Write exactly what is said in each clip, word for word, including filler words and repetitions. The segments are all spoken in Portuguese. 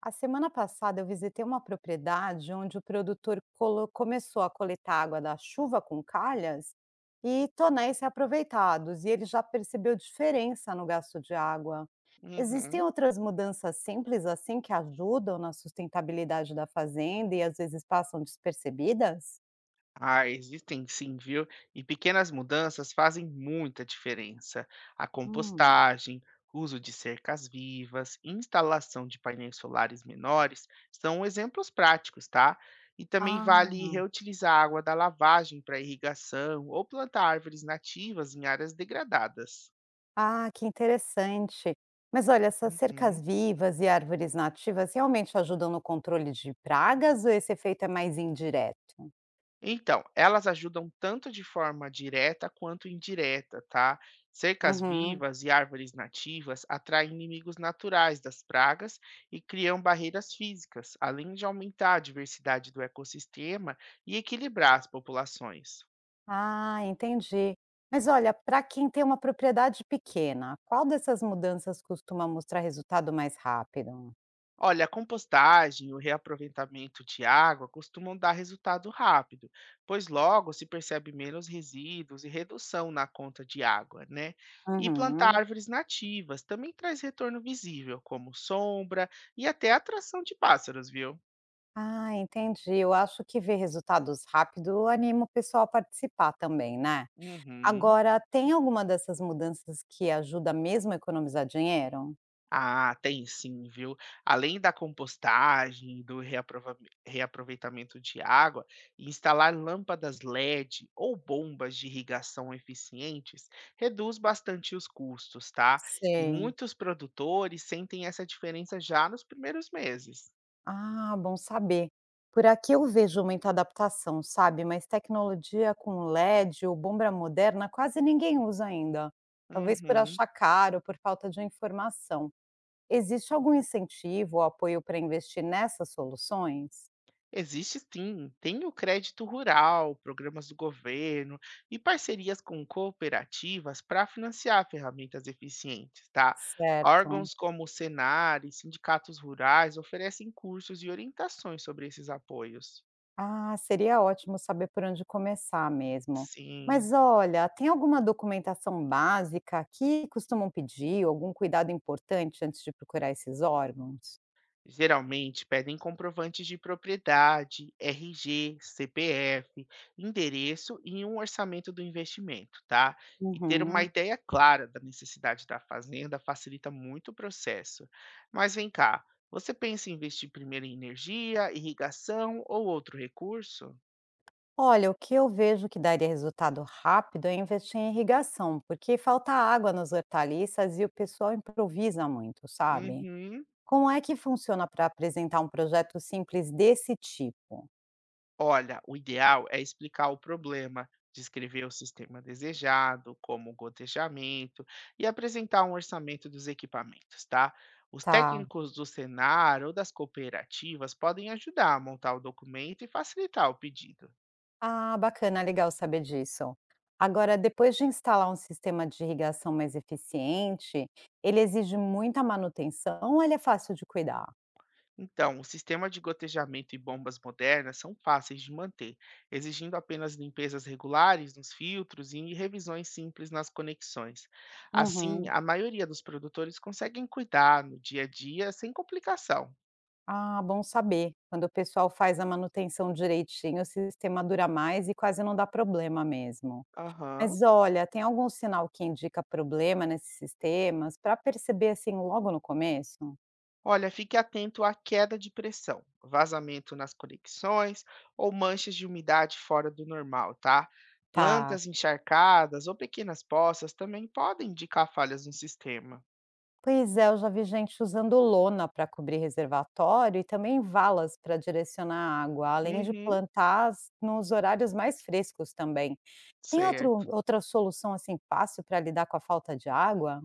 A semana passada eu visitei uma propriedade onde o produtor colo- começou a coletar água da chuva com calhas e tonéis reaproveitados, e ele já percebeu diferença no gasto de água. Existem Uhum. outras mudanças simples assim que ajudam na sustentabilidade da fazenda e às vezes passam despercebidas? Ah, existem sim, viu? E pequenas mudanças fazem muita diferença. A Hum. compostagem, uso de cercas vivas, instalação de painéis solares menores são exemplos práticos, tá? E também vale Ah. reutilizar a água da lavagem para irrigação ou plantar árvores nativas em áreas degradadas. Ah, que interessante. Mas olha, essas cercas Uhum. vivas e árvores nativas realmente ajudam no controle de pragas ou esse efeito é mais indireto? Então, elas ajudam tanto de forma direta quanto indireta, tá? Cercas Uhum. vivas e árvores nativas atraem inimigos naturais das pragas e criam barreiras físicas, além de aumentar a diversidade do ecossistema e equilibrar as populações. Ah, entendi. Mas olha, para quem tem uma propriedade pequena, qual dessas mudanças costuma mostrar resultado mais rápido? Olha, a compostagem e o reaproveitamento de água costumam dar resultado rápido, pois logo se percebe menos resíduos e redução na conta de água, né? E plantar Uhum. árvores nativas também traz retorno visível, como sombra e até atração de pássaros, viu? Ah, entendi. Eu acho que ver resultados rápido anima o pessoal a participar também, né? Uhum. Agora, tem alguma dessas mudanças que ajuda mesmo a economizar dinheiro? Ah, tem sim, viu? Além da compostagem, do reaprova- reaproveitamento de água, instalar lâmpadas L E D ou bombas de irrigação eficientes reduz bastante os custos, tá? E Sei. muitos produtores sentem essa diferença já nos primeiros meses. Ah, bom saber. Por aqui eu vejo muita adaptação, sabe? Mas tecnologia com L E D ou bomba moderna quase ninguém usa ainda. Talvez por Uhum. achar caro, por falta de informação. Existe algum incentivo ou apoio para investir nessas soluções? Existe sim, tem o crédito rural, programas do governo e parcerias com cooperativas para financiar ferramentas eficientes, tá? Certo. Órgãos como o Senar e sindicatos rurais oferecem cursos e orientações sobre esses apoios. Ah, seria ótimo saber por onde começar mesmo. Sim. Mas olha, tem alguma documentação básica que costumam pedir, algum cuidado importante antes de procurar esses órgãos? Geralmente pedem comprovantes de propriedade, R G, C P F, endereço e um orçamento do investimento, tá? E ter uma Uhum. ideia clara da necessidade da fazenda facilita muito o processo. Mas vem cá, você pensa em investir primeiro em energia, irrigação ou outro recurso? Olha, o que eu vejo que daria resultado rápido é investir em irrigação, porque falta água nas hortaliças e o pessoal improvisa muito, sabe? Uhum. Como é que funciona para apresentar um projeto simples desse tipo? Olha, o ideal é explicar o problema, descrever o sistema desejado, como o gotejamento, e apresentar um orçamento dos equipamentos, tá? Os Tá. técnicos do Senar ou das cooperativas podem ajudar a montar o documento e facilitar o pedido. Ah, bacana, legal saber disso. Agora, depois de instalar um sistema de irrigação mais eficiente, ele exige muita manutenção ou ele é fácil de cuidar? Então, o sistema de gotejamento e bombas modernas são fáceis de manter, exigindo apenas limpezas regulares nos filtros e revisões simples nas conexões. Assim, Uhum. a maioria dos produtores conseguem cuidar no dia a dia sem complicação. Ah, bom saber. Quando o pessoal faz a manutenção direitinho, o sistema dura mais e quase não dá problema mesmo. Aham. Mas olha, tem algum sinal que indica problema nesses sistemas para perceber assim logo no começo? Olha, fique atento à queda de pressão, vazamento nas conexões ou manchas de umidade fora do normal, tá? Tá. Plantas encharcadas ou pequenas poças também podem indicar falhas no sistema. Pois é, eu já vi gente usando lona para cobrir reservatório e também valas para direcionar a água, além de Uhum. plantar as- nos horários mais frescos também. Tem outro, Certo. outra solução assim fácil para lidar com a falta de água?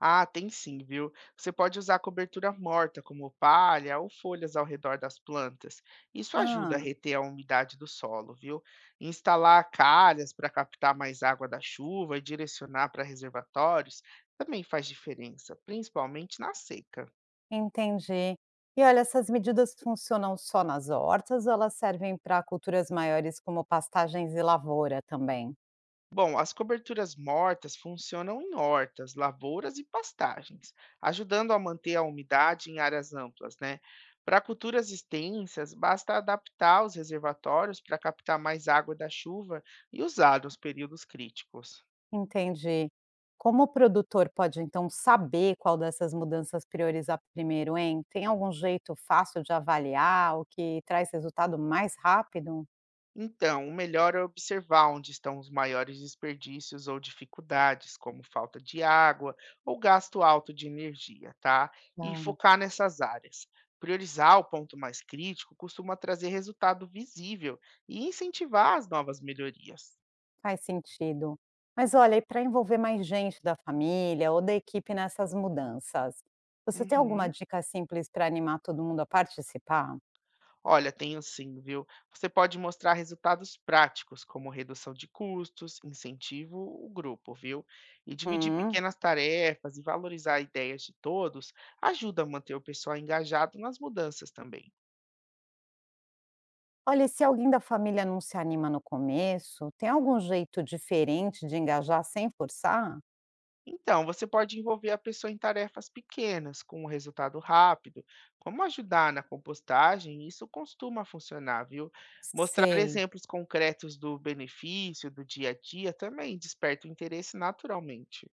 Ah, tem sim, viu? Você pode usar cobertura morta, como palha ou folhas ao redor das plantas. Isso ajuda a Ah. reter a umidade do solo, viu? Instalar calhas para captar mais água da chuva e direcionar para reservatórios também faz diferença, principalmente na seca. Entendi. E olha, essas medidas funcionam só nas hortas ou elas servem para culturas maiores como pastagens e lavoura também? Bom, as coberturas mortas funcionam em hortas, lavouras e pastagens, ajudando a manter a umidade em áreas amplas, né? Para culturas extensas, basta adaptar os reservatórios para captar mais água da chuva e usar nos períodos críticos. Entendi. Como o produtor pode então saber qual dessas mudanças priorizar primeiro, hein? Tem algum jeito fácil de avaliar o que traz resultado mais rápido? Então, o melhor é observar onde estão os maiores desperdícios ou dificuldades, como falta de água ou gasto alto de energia, tá? E Ah, focar nessas áreas. Priorizar o ponto mais crítico costuma trazer resultado visível e incentivar as novas melhorias. faz sentido. Mas olha, e para envolver mais gente da família ou da equipe nessas mudanças, você tem alguma Uhum. dica simples para animar todo mundo a participar? Olha, tenho sim, viu? Você pode mostrar resultados práticos, como redução de custos, incentivo o grupo, viu? E dividir Hum. pequenas tarefas e valorizar ideias de todos ajuda a manter o pessoal engajado nas mudanças também. Olha, e se alguém da família não se anima no começo, tem algum jeito diferente de engajar sem forçar? Então, você pode envolver a pessoa em tarefas pequenas, com um resultado rápido, como ajudar na compostagem, isso costuma funcionar, viu? Mostrar Sei. exemplos concretos do benefício do dia a dia também desperta o interesse naturalmente.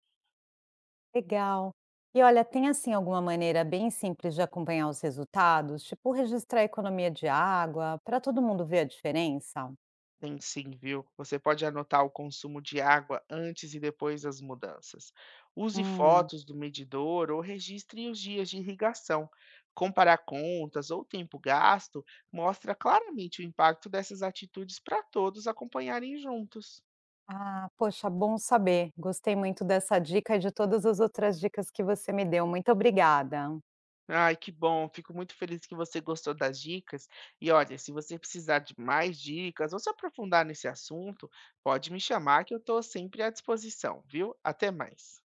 Legal. E olha, tem assim alguma maneira bem simples de acompanhar os resultados, tipo registrar a economia de água, para todo mundo ver a diferença? Tem sim, viu? Você pode anotar o consumo de água antes e depois das mudanças. Use Hum. fotos do medidor ou registre os dias de irrigação. Comparar contas ou tempo gasto mostra claramente o impacto dessas atitudes para todos acompanharem juntos. Ah, poxa, bom saber. Gostei muito dessa dica e de todas as outras dicas que você me deu. Muito obrigada. Ai, que bom, fico muito feliz que você gostou das dicas. E olha, se você precisar de mais dicas ou se aprofundar nesse assunto, pode me chamar que eu estou sempre à disposição, viu? Até mais.